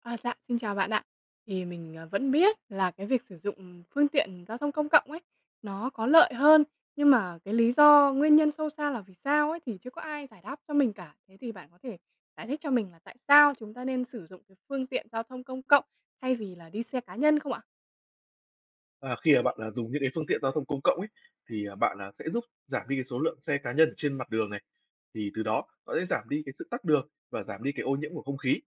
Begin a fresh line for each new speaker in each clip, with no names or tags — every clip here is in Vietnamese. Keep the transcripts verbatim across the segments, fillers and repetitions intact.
À, dạ, xin chào bạn ạ. Thì mình, ờ, vẫn biết là cái việc sử dụng phương tiện giao thông công cộng ấy, nó có lợi hơn, nhưng mà cái lý do, nguyên nhân sâu xa là vì sao ấy thì chưa có ai giải đáp cho mình cả. Thế thì bạn có thể giải thích cho mình là tại sao chúng ta nên sử dụng cái phương tiện giao thông công cộng thay vì là đi xe cá nhân không ạ?
À, khi mà bạn, là dùng những cái phương tiện giao thông công cộng ấy, thì, à, bạn, là sẽ giúp giảm đi cái số lượng xe cá nhân trên mặt đường này, thì từ đó nó sẽ giảm đi cái sự tắc đường và giảm đi cái ô nhiễm của không khí.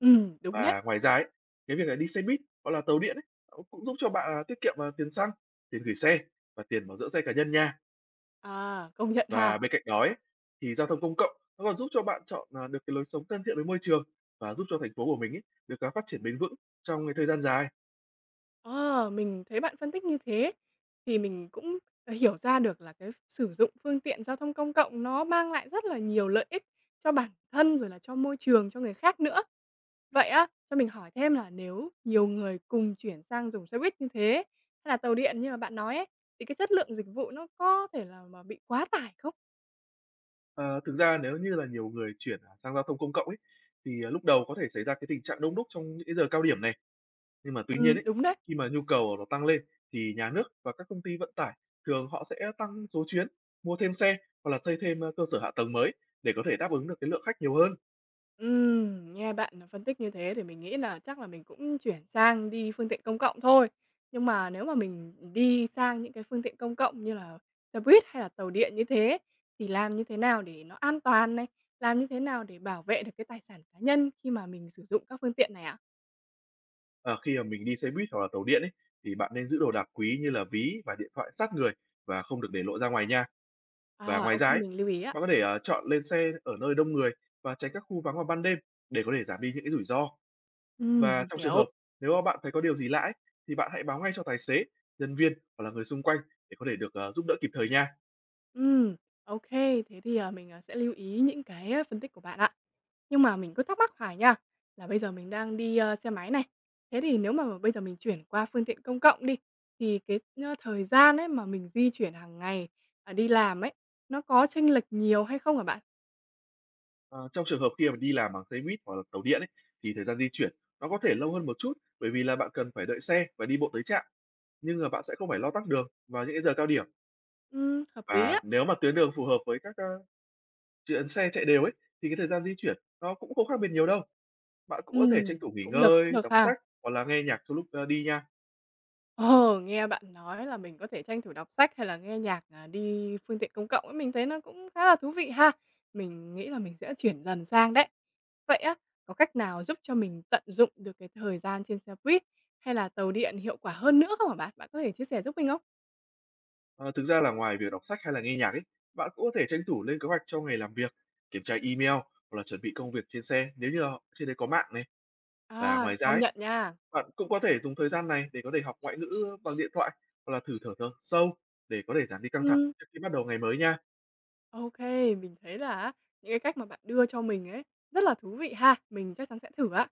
Ừ, đúng đấy.
Và ngoài ra ấy, cái việc là đi xe buýt hoặc là tàu điện ấy, nó cũng giúp cho bạn, à, tiết kiệm, à, tiền xăng, tiền gửi xe và tiền bảo dưỡng xe cá nhân nha.
À, công nhận ha.
Và bên cạnh đó ấy, thì giao thông công cộng nó còn giúp cho bạn chọn, à, được cái lối sống thân thiện với môi trường và giúp cho thành phố của mình ấy được, à, phát triển bền vững trong cái thời gian dài.
Ờ, mình thấy bạn phân tích như thế thì mình cũng, ờ, hiểu ra được là cái sử dụng phương tiện giao thông công cộng nó mang lại rất là nhiều lợi ích cho bản thân, rồi là cho môi trường, cho người khác nữa. Vậy á, cho mình hỏi thêm là nếu nhiều người cùng chuyển sang dùng xe buýt như thế, hay là tàu điện như mà bạn nói ấy, thì cái chất lượng dịch vụ nó có thể là mà bị quá tải không?
Ờ, thực ra nếu như là nhiều người chuyển, à, sang giao thông công cộng ấy, thì, à, lúc đầu có thể xảy ra cái tình trạng đông đúc trong những cái giờ cao điểm này. Nhưng mà tuy
Ừm.
nhiên ấy,
Đúng đấy.
khi mà nhu cầu nó tăng lên thì nhà nước và các công ty vận tải thường họ sẽ tăng số chuyến, mua thêm xe hoặc là xây thêm, ơ, cơ sở hạ tầng mới để có thể đáp ứng được cái lượng khách nhiều hơn.
Ừm, nghe bạn phân tích như thế thì mình nghĩ là chắc là mình cũng chuyển sang đi phương tiện công cộng thôi. Nhưng mà nếu mà mình đi sang những cái phương tiện công cộng như là xe buýt hay là tàu điện như thế, thì làm như thế nào để nó an toàn này? Làm như thế nào để bảo vệ được cái tài sản cá nhân khi mà mình sử dụng các phương tiện này ạ?
Ờ, khi mà mình đi xe buýt hoặc là tàu điện ấy, thì bạn nên giữ đồ đạc quý như là ví và điện thoại sát người và không được để lộ ra ngoài nha. Và
À,
ngoài
ok
ra ấy,
mình lưu ý á.
bạn có thể, ờ, chọn lên xe ở nơi đông người và tránh các khu vắng vào ban đêm để có thể giảm đi những cái rủi ro.
Ừm,
Và
mình
trong trường hợp
hiểu.
nếu mà bạn thấy có điều gì lạ ấy, thì bạn hãy báo ngay cho tài xế, nhân viên hoặc là người xung quanh để có thể được, ờ, giúp đỡ kịp thời nha.
Ừm, OK. Thế thì, à, mình, à, sẽ lưu ý những cái, a, phân tích của bạn ạ. Nhưng mà mình cứ thắc mắc hoài nha, là bây giờ mình đang đi, ơ, xe máy này, thế thì nếu mà bây giờ mình chuyển qua phương tiện công cộng đi, thì cái, ơ, thời gian ấy mà mình di chuyển hàng ngày, à, đi làm ấy, nó có chênh lệch nhiều hay không hả bạn?
Ờ, trong trường hợp khi mà đi làm bằng xe buýt hoặc là tàu điện ấy, thì thời gian di chuyển nó có thể lâu hơn một chút, bởi vì là bạn cần phải đợi xe và đi bộ tới trạm, nhưng mà bạn sẽ không phải lo tắc đường vào những cái giờ cao điểm.
Ừm, hợp lý
Và
á.
nếu mà tuyến đường phù hợp với các, ơ, chuyến xe chạy đều ấy, thì cái thời gian di chuyển nó cũng không khác biệt nhiều đâu. Bạn cũng có thể tranh
Ừm,
thủ nghỉ
cũng được, cũng
ngơi,
được
đọc
ha.
sách hoặc là nghe nhạc trong lúc, ơ, đi nha.
Ờ, nghe bạn nói là mình có thể tranh thủ đọc sách hay là nghe nhạc, à, đi phương tiện công cộng ấy, mình thấy nó cũng khá là thú vị ha. Mình nghĩ là mình sẽ chuyển dần sang đấy. Vậy á, có cách nào giúp cho mình tận dụng được cái thời gian trên xe buýt hay là tàu điện hiệu quả hơn nữa không hả bạn? Bạn có thể chia sẻ giúp mình không?
Ờ, thực ra là ngoài việc đọc sách hay là nghe nhạc ấy, bạn cũng có thể tranh thủ lên kế hoạch cho ngày làm việc, kiểm tra email hoặc là chuẩn bị công việc trên xe nếu như là trên đấy có mạng này. Và
À, được
ngoài ra
công
ấy,
nhận nha.
bạn cũng có thể dùng thời gian này để có thể học ngoại ngữ bằng điện thoại hoặc là thử thở thơ sâu để có thể giảm đi căng thẳng
Ừ.
trước khi bắt đầu ngày mới nha.
OK, mình thấy là á, những cái cách mà bạn đưa cho mình ấy, rất là thú vị ha, mình chắc chắn sẽ thử á.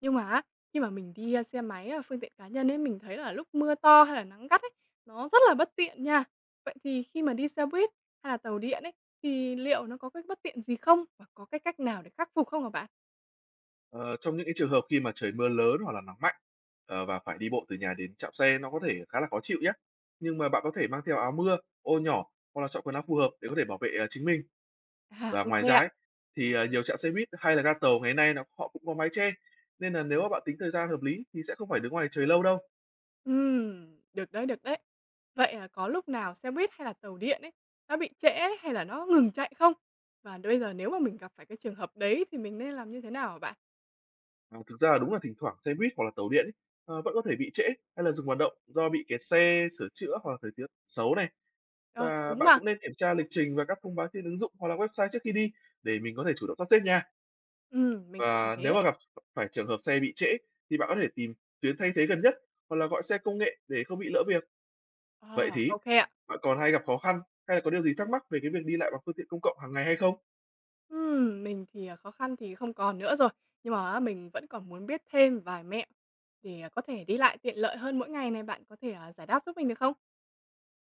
Nhưng mà á, khi mà mình đi, a, xe máy, a, phương tiện cá nhân ấy, mình thấy là lúc mưa to hay là nắng gắt ấy, nó rất là bất tiện nha. Vậy thì khi mà đi xe buýt hay là tàu điện ấy, thì liệu nó có cái bất tiện gì không? Và có cái cách nào để khắc phục không hả bạn?
Ờ, trong những cái trường hợp khi mà trời mưa lớn hoặc là nắng mạnh ờ, và phải đi bộ từ nhà đến trạm xe nó có thể khá là khó chịu nhé. Nhưng mà bạn có thể mang theo áo mưa, ô nhỏ hoặc là chọn quần áo phù hợp để có thể bảo vệ ờ, chính mình.
À,
Và
OK
ngoài ra
ạ.
ấy, thì, ờ, nhiều trạm xe buýt hay là ga tàu ngày nay nó họ cũng có mái che, nên là nếu mà bạn tính thời gian hợp lý thì sẽ không phải đứng ngoài trời lâu đâu.
Ừm, được đấy, được đấy. Vậy, à, có lúc nào xe buýt hay là tàu điện ấy, nó bị trễ hay là nó ngừng chạy không? Và bây giờ nếu mà mình gặp phải cái trường hợp đấy thì mình nên làm như thế nào hả bạn?
À, thực ra là đúng là thỉnh thoảng xe buýt hoặc là tàu điện ấy, ờ, vẫn có thể bị trễ hay là dừng hoạt động do bị kẹt xe, sửa chữa hoặc là thời tiết xấu này.
Ờ,
Và
đúng
bạn
mà.
cũng nên kiểm tra lịch trình và các thông báo trên ứng dụng hoặc là website trước khi đi để mình có thể chủ động sắp xếp nha.
Ừm, mình sẽ làm
Và nếu
thế.
mà gặp phải trường hợp xe bị trễ thì bạn có thể tìm tuyến thay thế gần nhất hoặc là gọi xe công nghệ để không bị lỡ việc. Vậy
Ờ,
thì
ô ạ.
bạn còn hay gặp khó khăn hay là có điều gì thắc mắc về cái việc đi lại bằng phương tiện công cộng hàng ngày hay không?
Ừm, mình thì, à, khó khăn thì không còn nữa rồi, nhưng mà á mình vẫn còn muốn biết thêm vài mẹo để, à, có thể đi lại tiện lợi hơn mỗi ngày này, bạn có thể, à, giải đáp giúp mình được không?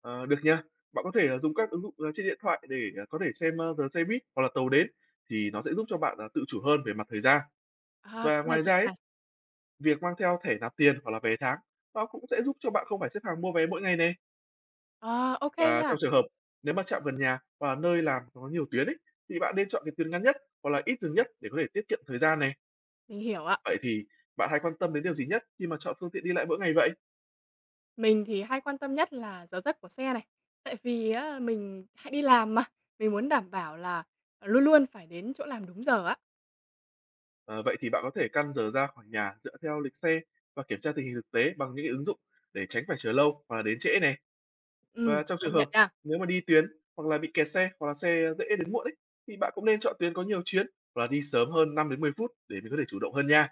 Ờ, được nha. Bạn có thể là dùng các ứng dụng, ờ, trên điện thoại để, ờ, có thể xem, ơ, giờ xe buýt hoặc là tàu đến, thì nó sẽ giúp cho bạn, à, tự chủ hơn về mặt thời gian.
À,
Và
cái này
ngoài ra
tiện
ấy,
này.
việc mang theo thẻ nạp tiền hoặc là vé tháng, nó cũng sẽ giúp cho bạn không phải xếp hàng mua vé mỗi ngày này.
Ờ, ô
Và
nha,
trong trường hợp nếu mà trạm gần nhà và nơi làm có nhiều tuyến ấy, thì bạn nên chọn cái tuyến ngắn nhất hoặc là ít dừng nhất để có thể tiết kiệm thời gian này.
mình hiểu ạ.
Vậy thì bạn hay quan tâm đến điều gì nhất khi mà chọn phương tiện đi lại mỗi ngày vậy?
Mình thì hay quan tâm nhất là giờ giấc của xe này, tại vì á mình hay đi làm mà, mình muốn đảm bảo là luôn luôn phải đến chỗ làm đúng giờ á.
Ờ, vậy thì bạn có thể căn giờ ra khỏi nhà dựa theo lịch xe và kiểm tra tình hình thực tế bằng những cái ứng dụng để tránh phải chờ lâu hoặc là đến trễ này.
Ừm,
Và trong trường
công nhận
hợp
nha.
nếu mà đi tuyến hoặc là bị kẹt xe hoặc là xe dễ đến muộn ấy thì bạn cũng nên chọn tuyến có nhiều chuyến hoặc là đi sớm hơn năm đến mười phút để mình có thể chủ động hơn nha.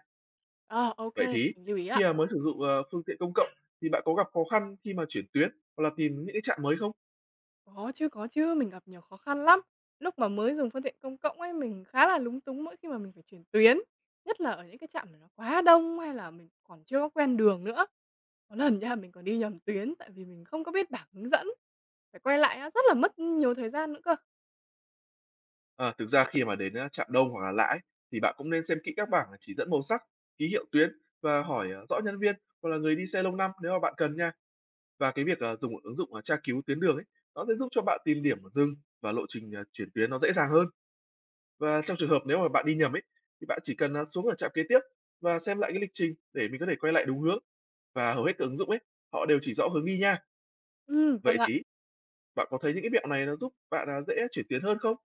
Ờ, ok
Vậy thì
mình lưu ý ạ.
khi mà mới sử dụng ờ, phương tiện công cộng thì bạn có gặp khó khăn khi mà chuyển tuyến hoặc là tìm những cái trạm mới không?
Có chứ, có chứ, mình gặp nhiều khó khăn lắm. Lúc mà mới dùng phương tiện công cộng ấy, mình khá là lúng túng mỗi khi mà mình phải chuyển tuyến, nhất là ở những cái trạm mà nó quá đông hay là mình còn chưa có quen đường nữa. Có lần nha, mình còn đi nhầm tuyến tại vì mình không có biết bảng hướng dẫn, phải quay lại á, rất là mất nhiều thời gian nữa cơ.
Ờ, thực ra khi mà đến, a, Trạm Đông hoặc là Lãi thì bạn cũng nên xem kỹ các bảng chỉ dẫn màu sắc, ký hiệu tuyến và hỏi, ờ, rõ nhân viên hoặc là người đi xe lâu năm nếu mà bạn cần nha. Và cái việc, ờ, dùng ứng dụng, ờ, tra cứu tuyến đường ấy, nó sẽ giúp cho bạn tìm điểm dừng và lộ trình, ờ, chuyển tuyến nó dễ dàng hơn. Và trong trường hợp nếu mà bạn đi nhầm ấy, thì bạn chỉ cần, à, xuống ở trạm kế tiếp và xem lại cái lịch trình để mình có thể quay lại đúng hướng. Và hầu hết các ứng dụng ấy, họ đều chỉ rõ hướng đi nha.
Ừm, vâng
Vậy
ạ.
thì bạn có thấy những cái mẹo này nó giúp bạn, à, dễ chuyển tuyến hơn không?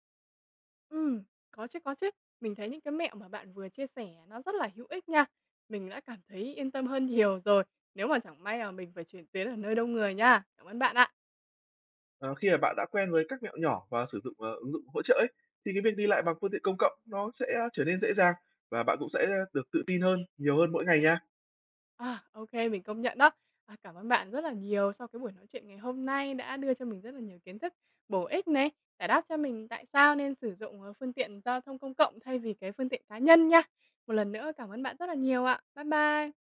Ừm, có chứ, có chứ. Mình thấy những cái mẹo mà bạn vừa chia sẻ nó rất là hữu ích nha. Mình đã cảm thấy yên tâm hơn nhiều rồi, nếu mà chẳng may mà mình phải chuyển tuyến ở nơi đông người nha. Cảm ơn bạn ạ.
Ờ, khi mà bạn đã quen với các mẹo nhỏ và sử dụng, ờ, ứng dụng hỗ trợ ấy, thì cái việc đi lại bằng phương tiện công cộng nó sẽ trở nên dễ dàng và bạn cũng sẽ được tự tin hơn, nhiều hơn mỗi ngày nha.
À, ô mình công nhận đó. À, cảm ơn bạn rất là nhiều sau cái buổi nói chuyện ngày hôm nay đã đưa cho mình rất là nhiều kiến thức bổ ích này, giải đáp cho mình tại sao nên sử dụng, ờ, phương tiện giao thông công cộng thay vì cái phương tiện cá nhân nha. Một lần nữa cảm ơn bạn rất là nhiều ạ. Bye bye.